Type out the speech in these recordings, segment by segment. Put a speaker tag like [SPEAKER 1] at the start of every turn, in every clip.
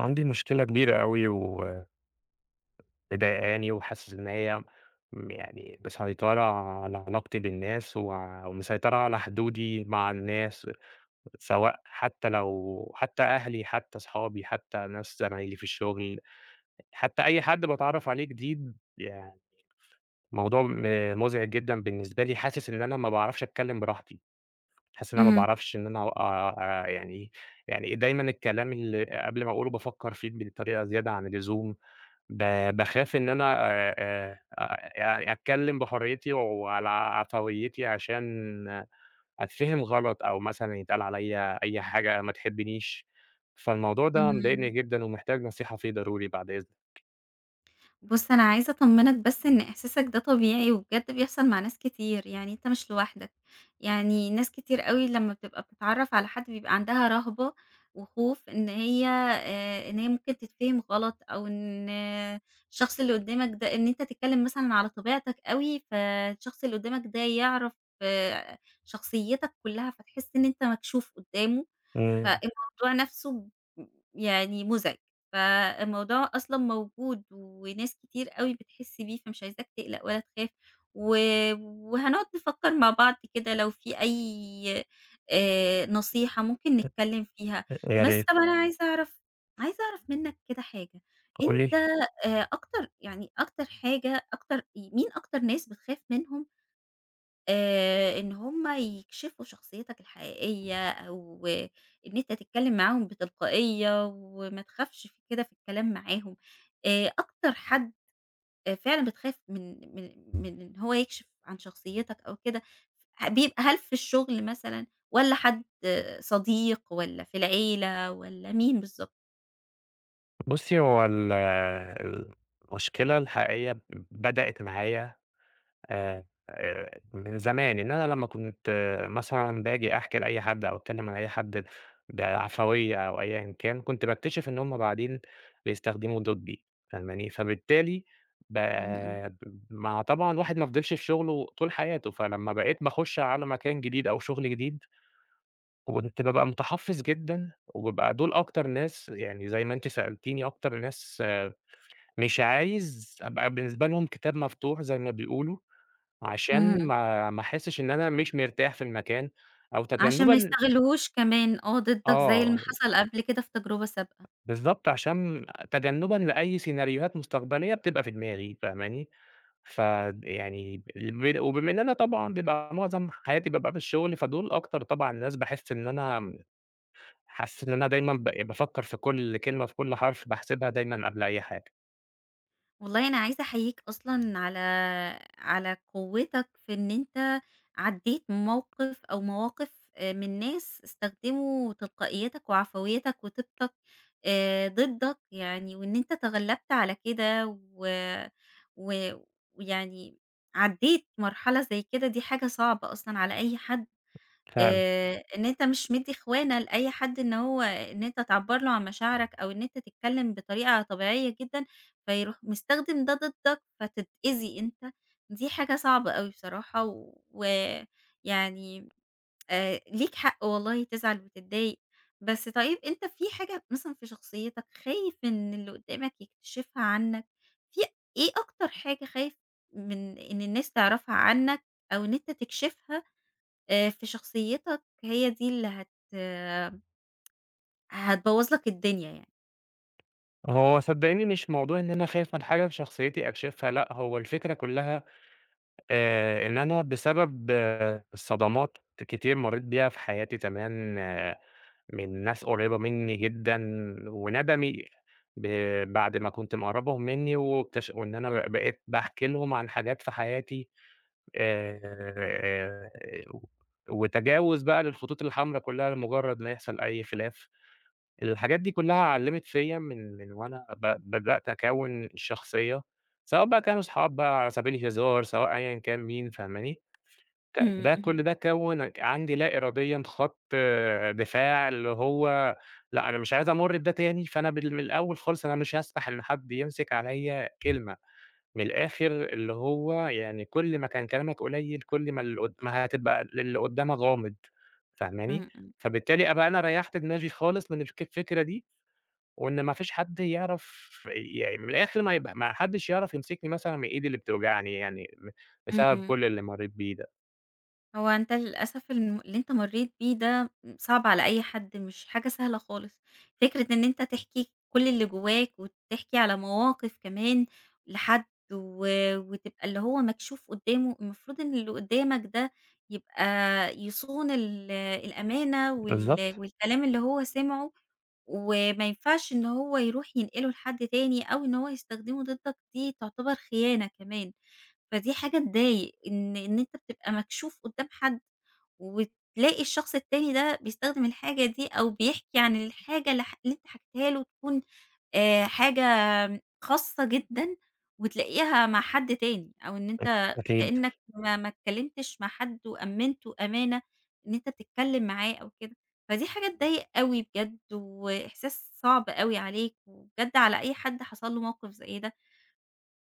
[SPEAKER 1] عندي مشكلة كبيرة أوي ومضايقاني وحاسس إن هي يعني مسيطرة على علاقتي بالناس، ومسيطرة على حدودي مع الناس، سواء حتى أهلي حتى أصحابي حتى ناس زمايلي في الشغل، حتى أي حد بتعرف عليه جديد. يعني موضوع مزعج جدا بالنسبة لي. حاسس إن أنا ما بعرفش أتكلم براحتي، حاسس إن أنا ما
[SPEAKER 2] اهم.
[SPEAKER 1] بعرفش إن أنا أ- يعني يعني دايما الكلام اللي قبل ما أقوله بفكر فيه بطريقة زيادة عن اللزوم. ب باخاف إن أنا آآ آآ أتكلّم بحريتي وعلى عفويتي عشان أتفهم غلط، أو مثلًا يتقال عليّا أي حاجة ما تحبنيش. فالموضوع ده مضايقني
[SPEAKER 2] إمم.
[SPEAKER 1] جدًا ومحتاج نصيحة فيه ضروري بعد إذنك.
[SPEAKER 2] بُص، أنا عايزة أطمّنك بس إن إحساسك ده طبيعي وبجد بيحصل مع ناس كتير، يعني أنت مش لوحدك. يعني ناس كتير أوي لمّا بتبقى بتتعرّف على حد بيبقى عندها رهبة وخوف إن هي ممكن تتفهم غلط، أو إن الشخص اللي قدّامك ده إن أنت تتكلم مثلًا على طبيعتك أوي، فالشخص اللي قدّامك ده يعرف شخصيتك كلّها، فتحس إن أنت مكشوف قدّامه.
[SPEAKER 1] إمم.
[SPEAKER 2] فالموضوع نَفْسه يعني مُزعج. فالموضوع أصلًا موجود وناس كتير أوي بتحِس بيه، فمش عايزاك تقلق ولا تخاف، و وهنقعد نفكّر مع بعض كده لو في أي نصيحة ممكن نتكلّم فيها.
[SPEAKER 1] يا
[SPEAKER 2] بس
[SPEAKER 1] ريت.
[SPEAKER 2] طَب، أنا عايزة أعرف منّك كده حاجة.
[SPEAKER 1] قُل
[SPEAKER 2] أنت
[SPEAKER 1] لي.
[SPEAKER 2] أكتر يعني أكتر حاجة أكتر ي مين أكتر ناس بتخاف منهم إن هُم يكشفوا شخصيتك الحقيقية، أو إن أنت تتكلّم معاهم بتلقائية وما تخافش في كده في الكلام معاهم. أكتر حد آه، فعلًا بتخاف من إن هو يكشف عن شخصيتك أو كده، بيبقى هل في الشغل مثلًا، والّا حد صديق، والّا في العيلة، والّا مين بالضبط؟
[SPEAKER 1] بُصّي، هو المشكلة الحقيقية بدأت معايا آآ من زمان. إن أنا لمّا كنت مثلًا باجي أحكي لأي حد أو أتكلّم عن أي حد بعفوية أو أيًا كان، كنت باكتشف إن هُم بعدين بيستخدموا ضدّي، فاهماني؟ فبالتالي ب
[SPEAKER 2] إمم، إمم.
[SPEAKER 1] مع طبعًا الواحد ما فضلش في شغله طول حياته، فلمّا بقيت باخُش على مكان جديد أو شغل جديد، كنت بابقى متحفّظ جدًا، وبيبقى دول أكتر ناس، يعني زي ما أنتِ سألتيني، أكتر ناس. مش عايز أبقى بالنسبة لهم كتاب مفتوح زي ما بيقولوا، عشان
[SPEAKER 2] اهم.
[SPEAKER 1] ما أحسّش إن أنا مش مرتاح في المكان، أو
[SPEAKER 2] عشان ما
[SPEAKER 1] تجنُّبًا.
[SPEAKER 2] يستغلّهوش كمان ضدّك زي اللي
[SPEAKER 1] آه،
[SPEAKER 2] حصل قبل كده في تجربة سابقة.
[SPEAKER 1] بالضبط، عشان تجنُّبًا لأي سيناريوهات مستقبلية بتبقى في دماغي، فاهماني؟ فد يعني ب وبما إن أنا طبعًا بيبقى معظم حياتي بابقى في الشغل، فدول أكتر طبعًا ناس. باحس إن أنا م حاسس إن أنا دايمًا يعني بافكّر في كل كلمة، في كل حرف باحسبها دايمًا قبل أي حاجة.
[SPEAKER 2] والله أنا عايزة أحييك أصلًا على قوتك في إن أنت عدّيت موقف أو مواقف من ناس استخدموا تلقائيتك وعفويتك وطيبتك ضدك، يعني، وإن أنت تغلبت على كده، و و ويعني عدّيت مرحلة زي كده، دي حاجة صعبة أصلًا على أي حد.
[SPEAKER 1] فعلًا.
[SPEAKER 2] إن أنت مش مدّي إخوانة لأي حد إن هو إن أنت تعبّر له عن مشاعرك، أو إن أنت تتكلّم بطريقة طبيعية جدًا، فيروح مستخدم ده ضدّك فتتأذي أنت. دي حاجة صعبة أوي بصراحة، ويعني ليك حق والله تزعل وتتضايق. بس طيب، أنت في حاجة مثلًا في شخصيتك خايف إن اللي قدّامك يكتشفها عنّك؟ في إيه أكتر حاجة خايف من إن الناس تعرفها عنّك، أو إن أنت تكشفها؟ في شخصيتك هي دي اللي هت آه، هتبوّظ لك الدنيا، يعني.
[SPEAKER 1] هو صدّقيني مش موضوع إن أنا خايف من حاجة في شخصيتي أكشفها، لأ، هو الفكرة كُلّها إن أنا بسبب صدمات كتير مرّيت بيها في حياتي زمان، من ناس قريّبة منّي جدًا، وندمي ب بعد ما كنت مقرّبهم منّي واكتش وإن أنا بقيت باحكي لهم عن حاجات في حياتي آآ، وتجاوز بقى للخطوط الحمرا كلّها لمجرّد ما يحصل أي خلاف. الحاجات دي كلّها علّمت فيّا من من وأنا بدأت أكوّن شخصية، سواء بقى كانوا صحاب بقى على سبيل الهزار، سواء أيًا كان مين، فاهماني؟ ك
[SPEAKER 2] إمم،
[SPEAKER 1] ده كل
[SPEAKER 2] اهم،
[SPEAKER 1] ده كوّن عندي لا إراديًا خط، دفاع، اللي هو، لأ، أنا مش عايز أمُر بده تاني. فأنا من الأول خالص أنا مش هاسمح إن حد يمسك عليّا كلمة. من الآخر، اللي هو يعني كل ما كان كلامك قليل، كل ما اللي قد ما هتبقى للي قدّامك غامض، فاهماني؟
[SPEAKER 2] إمم، إمم،
[SPEAKER 1] فبالتالي أبقى أنا ريّحت دماغي خالص من الفكرة دي، وإن ما فيش حد يعرف، يعني من الآخر ما يبقى ما حدش يعرف يمسكني مثلًا من إيدي اللي بتوجعني، يعني بسبب
[SPEAKER 2] إمم.
[SPEAKER 1] كل اللي مرّيت بيه ده.
[SPEAKER 2] هو أنت للأسف اللي أنت مرّيت بيه ده صعب على أي حد، مش حاجة سهلة خالص. فكرة إن أنت تحكي كل اللي جواك وتحكي على مواقف كمان لحد، و وتبقى اللي هو مكشوف قدّامه، المفروض إن اللي قدّامك ده يبقى يصون الأمانة
[SPEAKER 1] بالضبط.
[SPEAKER 2] والكلام اللي هو سمعه، وما ينفعش إن هو يروح ينقله لحد تاني، أو إن هو يستخدمه ضدك، دي تعتبر خيانة كمان. فدي حاجة تضايق، إن أنت بتبقى مكشوف قدّام حد، وتلاقي الشخص التاني ده بيستخدم الحاجة دي، أو بيحكي عن الحاجة اللي أنت حكيتها له، تكون حاجة خاصة جدًا وتلاقيها مع حد تاني، أو إن أنت
[SPEAKER 1] أكيد.
[SPEAKER 2] كإنّك ما اتكلّمتش مع حد وأمّنته أمانة إن أنت تتكلّم معاه أو كده. فدي حاجة تضايق أوي بجد، وإحساس صعب أوي عليك، وبجد على أي حد حصل له موقف زي ده.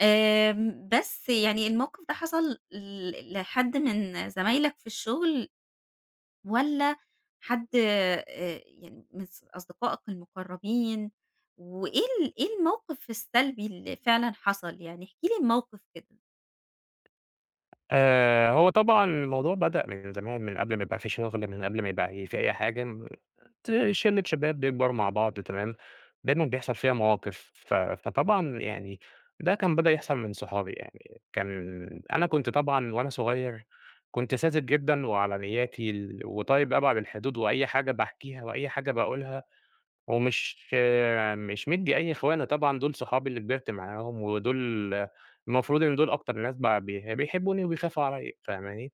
[SPEAKER 2] آمم، بس يعني الموقف ده حصل لحد من زمايلك في الشغل؟ والّا حد يعني من أصدقائك المقربين؟ وإيه إيه الموقف السلبي اللي فعلًا حصل؟ يعني احكِ لي الموقف كده.
[SPEAKER 1] هو طبعًا الموضوع بدأ من زمان، من قبل ما يبقى في شغل، من قبل ما يبقى في أي حاجة، م ت شِلّة شباب بيكبروا مع بعض تمام، دايمًا بيحصل فيها مواقف، ف فطبعًا يعني ده كان بدأ يحصل من صحابي، يعني كان أنا كنت طبعًا وأنا صغير كنت ساذج جدًا وعلى نيّاتي وطيب أبعد الحدود، وأي حاجة باحكيها وأي حاجة باقولها، ومش مش مدّي أي إخوانة طبعًا. دول صحابي اللي كبرت معاهم، ودول المفروض إن دول أكتر ناس بقى بيحبوني وبيخافوا عليّا، فاهماني؟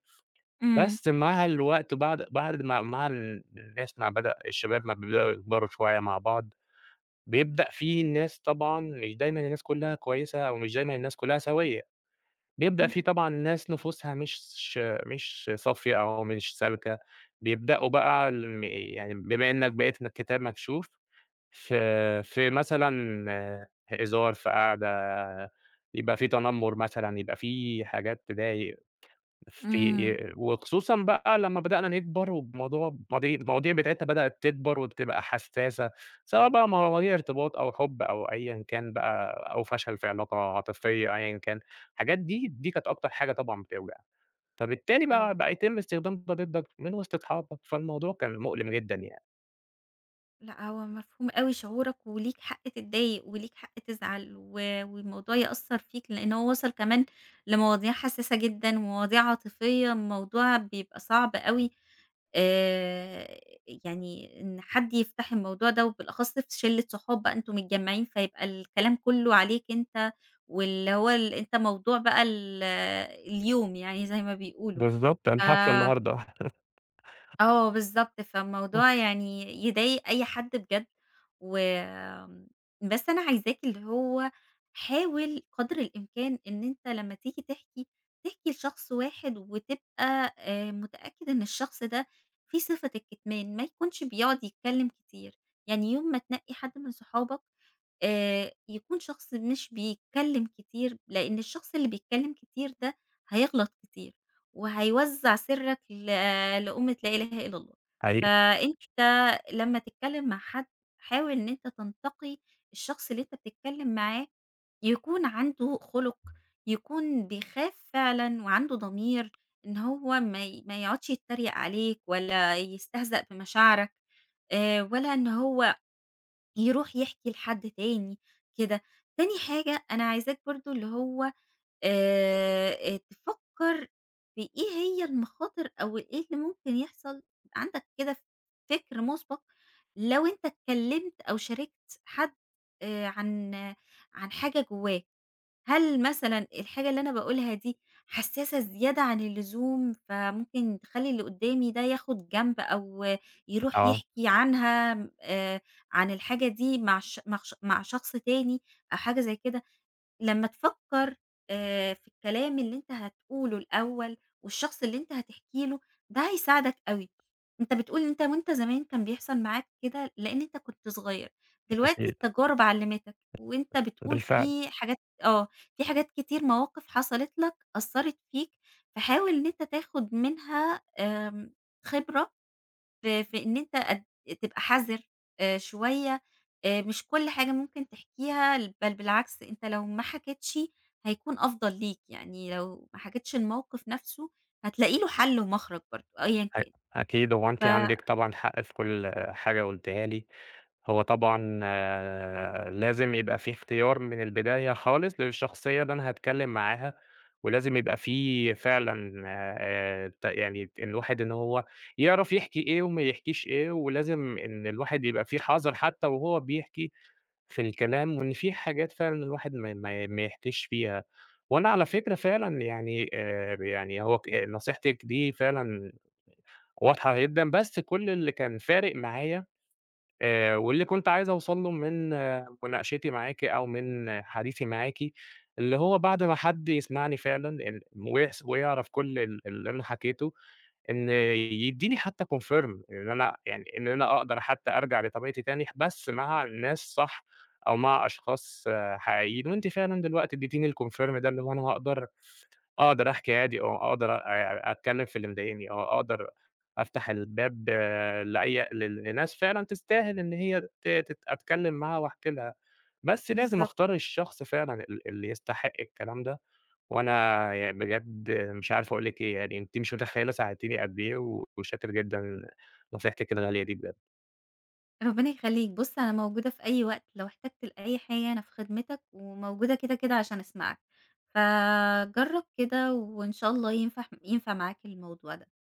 [SPEAKER 2] إمم،
[SPEAKER 1] بس مع الوقت، بعد بعد ما مع ال الناس ما بدأ الشباب ما بيبدأوا يكبروا شوية مع بعض، بيبدأ في ناس طبعًا، مش دايمًا الناس كلّها كويسة أو مش دايمًا الناس كلّها سويّة. بيبدأ في
[SPEAKER 2] اهم،
[SPEAKER 1] طبعًا ناس نفوسها مش صافية أو مش سالكة. بيبدأوا بقى يعني بما إنّك بقيت إنّك كتاب مكشوف في، في مثلًا، هزار، في قعدة، يبقى في تنمُر مثلًا، يبقى في حاجات تضايق،
[SPEAKER 2] إمم.
[SPEAKER 1] في، وخصوصًا بقى لمّا بدأنا نكبر والموضوع المواضيع بتاعتنا بدأت تكبر وبتبقى حسّاسة، سواء بقى مواضيع ارتباط أو حُب أو أيًا كان بقى، أو فشل في علاقة عاطفية أيًا كان. الحاجات دي، دي كانت أكتر حاجة طبعًا بتوجع، فبالتالي بقى
[SPEAKER 2] آه.
[SPEAKER 1] بقى يتم استخدام ده ضدك من وسط أصحابك، فالموضوع كان مؤلم جدًا يعني.
[SPEAKER 2] لأ، هو مفهوم أوي شعورك، وليك حق تتضايق وليك حق تزعل، و والموضوع يأثّر فيك، لإن هو وصل كمان لمواضيع حساسة جدًا ومواضيع عاطفية. الموضوع بيبقى صعب أوي، آآ يعني إن حد يفتح الموضوع ده، وبالأخص في شِلّة صحاب بقى أنتم متجمّعين، فيبقى الكلام كُلّه عليك أنت، واللي هو أنت موضوع بقى اليوم، يعني، زي ما بيقولوا.
[SPEAKER 1] بالضبط. كان
[SPEAKER 2] ف
[SPEAKER 1] حفلة النهارده.
[SPEAKER 2] آه بالضبط، فالموضوع يعني يضايق أي حد بجد. و آمم، بس أنا عايزاك اللي هو حاول قدر الإمكان إن أنت لمّا تيجي تحكي، تحكي لشخص واحد وتبقى متأكد إن الشخص ده فيه صفة الكتمان، ما يكونش بيقعد يتكلم كتير. يعني يوم ما تنقي حد من صحابك، يكون شخص مش بيتكلم كتير، لإن الشخص اللي بيتكلم كتير ده هيغلط كتير، وهيوزّع سرّك لأمة لا إله إلا الله.
[SPEAKER 1] حقيقي.
[SPEAKER 2] فأنت لمّا تتكلم مع حد، حاول إن أنت تنتقي الشخص اللي أنت بتتكلم معاه يكون عنده خُلُق، يكون بيخاف فعلًا وعنده ضمير، إن هو ما يقعدش يتريق عليك ولا يستهزأ بمشاعرك، ولا إن هو يروح يحكي لحد تاني كده. تاني حاجة أنا عايزاك برضه اللي هو تفكّر في إيه هي المخاطر أو إيه اللي ممكن يحصل، يبقى عندك كده فكر مسبق لو أنت اتكلّمت أو شاركت حد عن حاجة جواه. هل مثلًا الحاجة اللي أنا باقولها دي حساسة زيادة عن اللزوم، فممكن تخلّي اللي قدّامي ده ياخد جنب، أو يروح
[SPEAKER 1] آه،
[SPEAKER 2] يحكي عنها آآ، عن الحاجة دي مع ش مع ش مع شخص تاني، أو حاجة زي كده؟ لمّا تفكّر في الكلام اللي أنت هتقوله الأول والشخص اللي أنت هتحكي له، ده هيساعدك أوي. أنت بتقول أنت وأنت زمان كان بيحصل معاك كده لإن أنت كنت صغير، دلوقتي
[SPEAKER 1] أكيد،
[SPEAKER 2] التجارب علّمتك وأنت بتقول
[SPEAKER 1] بالفعل.
[SPEAKER 2] في حاجات. آه. في حاجات كتير، مواقف حصلت لك أثّرت فيك، فحاول إن أنت تاخد منها خبرة في إن أنت قد تبقى حذر شوية. مش كل حاجة ممكن تحكيها، بل بالعكس أنت لو ما حكيتش هيكون أفضل ليك، يعني لو ما حكيتش الموقف نفسه، هتلاقي له حل ومخرج برضه أيًا
[SPEAKER 1] أ
[SPEAKER 2] كان.
[SPEAKER 1] أكيد هو
[SPEAKER 2] ف
[SPEAKER 1] أنتِ عندِك طبعًا حق في كل حاجة قُلتيها لي. هو طبعًا، لازم يبقى في اختيار من البداية خالص للشخصية اللي أنا هاتكلّم معاها. ولازم يبقى في فعلًا ت يعني الواحد إن هو يعرف يحكي إيه وما يحكيش إيه. ولازم إن الواحد يبقى في حذر حتى وهو بيحكي في الكلام، وإن في حاجات فعلًا الواحد ما يحكيش فيها. وأنا على فكرة فعلًا يعني يعني هو ك آه، نصيحتِك دي فعلًا واضحة جدًا. بس كل اللي كان فارق معايا، واللي كنت عايز أوصل له من مناقشتي معاكِ أو من حديثي معاكِ، اللي هو بعد ما حد يسمعني فعلًا ويحس ويعرف كل اللي أنا حكيته، إن يدّيني حتى confirm إن أنا، يعني إن أنا أقدر حتى أرجع لطبيعتي تاني، بس مع ناس صح، أو مع أشخاص حقيقيين. وأنتِ فعلًا دلوقتي ادّيتيني الconfirm ده، اللي هو أنا هاقدر أحكي عادي، أقدر أ أتكلّم في اللي مضايقني، أقدر أفتح الباب، لأي لل لناس فعلًا تستاهل إن هي ت تت أتكلّم معاها وأحكي لها. بس لازم
[SPEAKER 2] بالضبط.
[SPEAKER 1] أختار الشخص فعلًا اللي يستحق الكلام ده. وأنا بجد مش عارف أقول لِك إيه، يعني أنتِ مش متخيّلة ساعدتيني قد إيه، و- وشاكر جدًا، نصيحتِك الغالية دي بجد.
[SPEAKER 2] ربنا يخلّيك، بُص أنا موجودة في أي وقت، لو احتجت لأي حاجة أنا في خدمتك، وموجودة كده، كده، عشان أسمعك، فجرّب كده وإن شاء الله ينفع معاك الموضوع ده.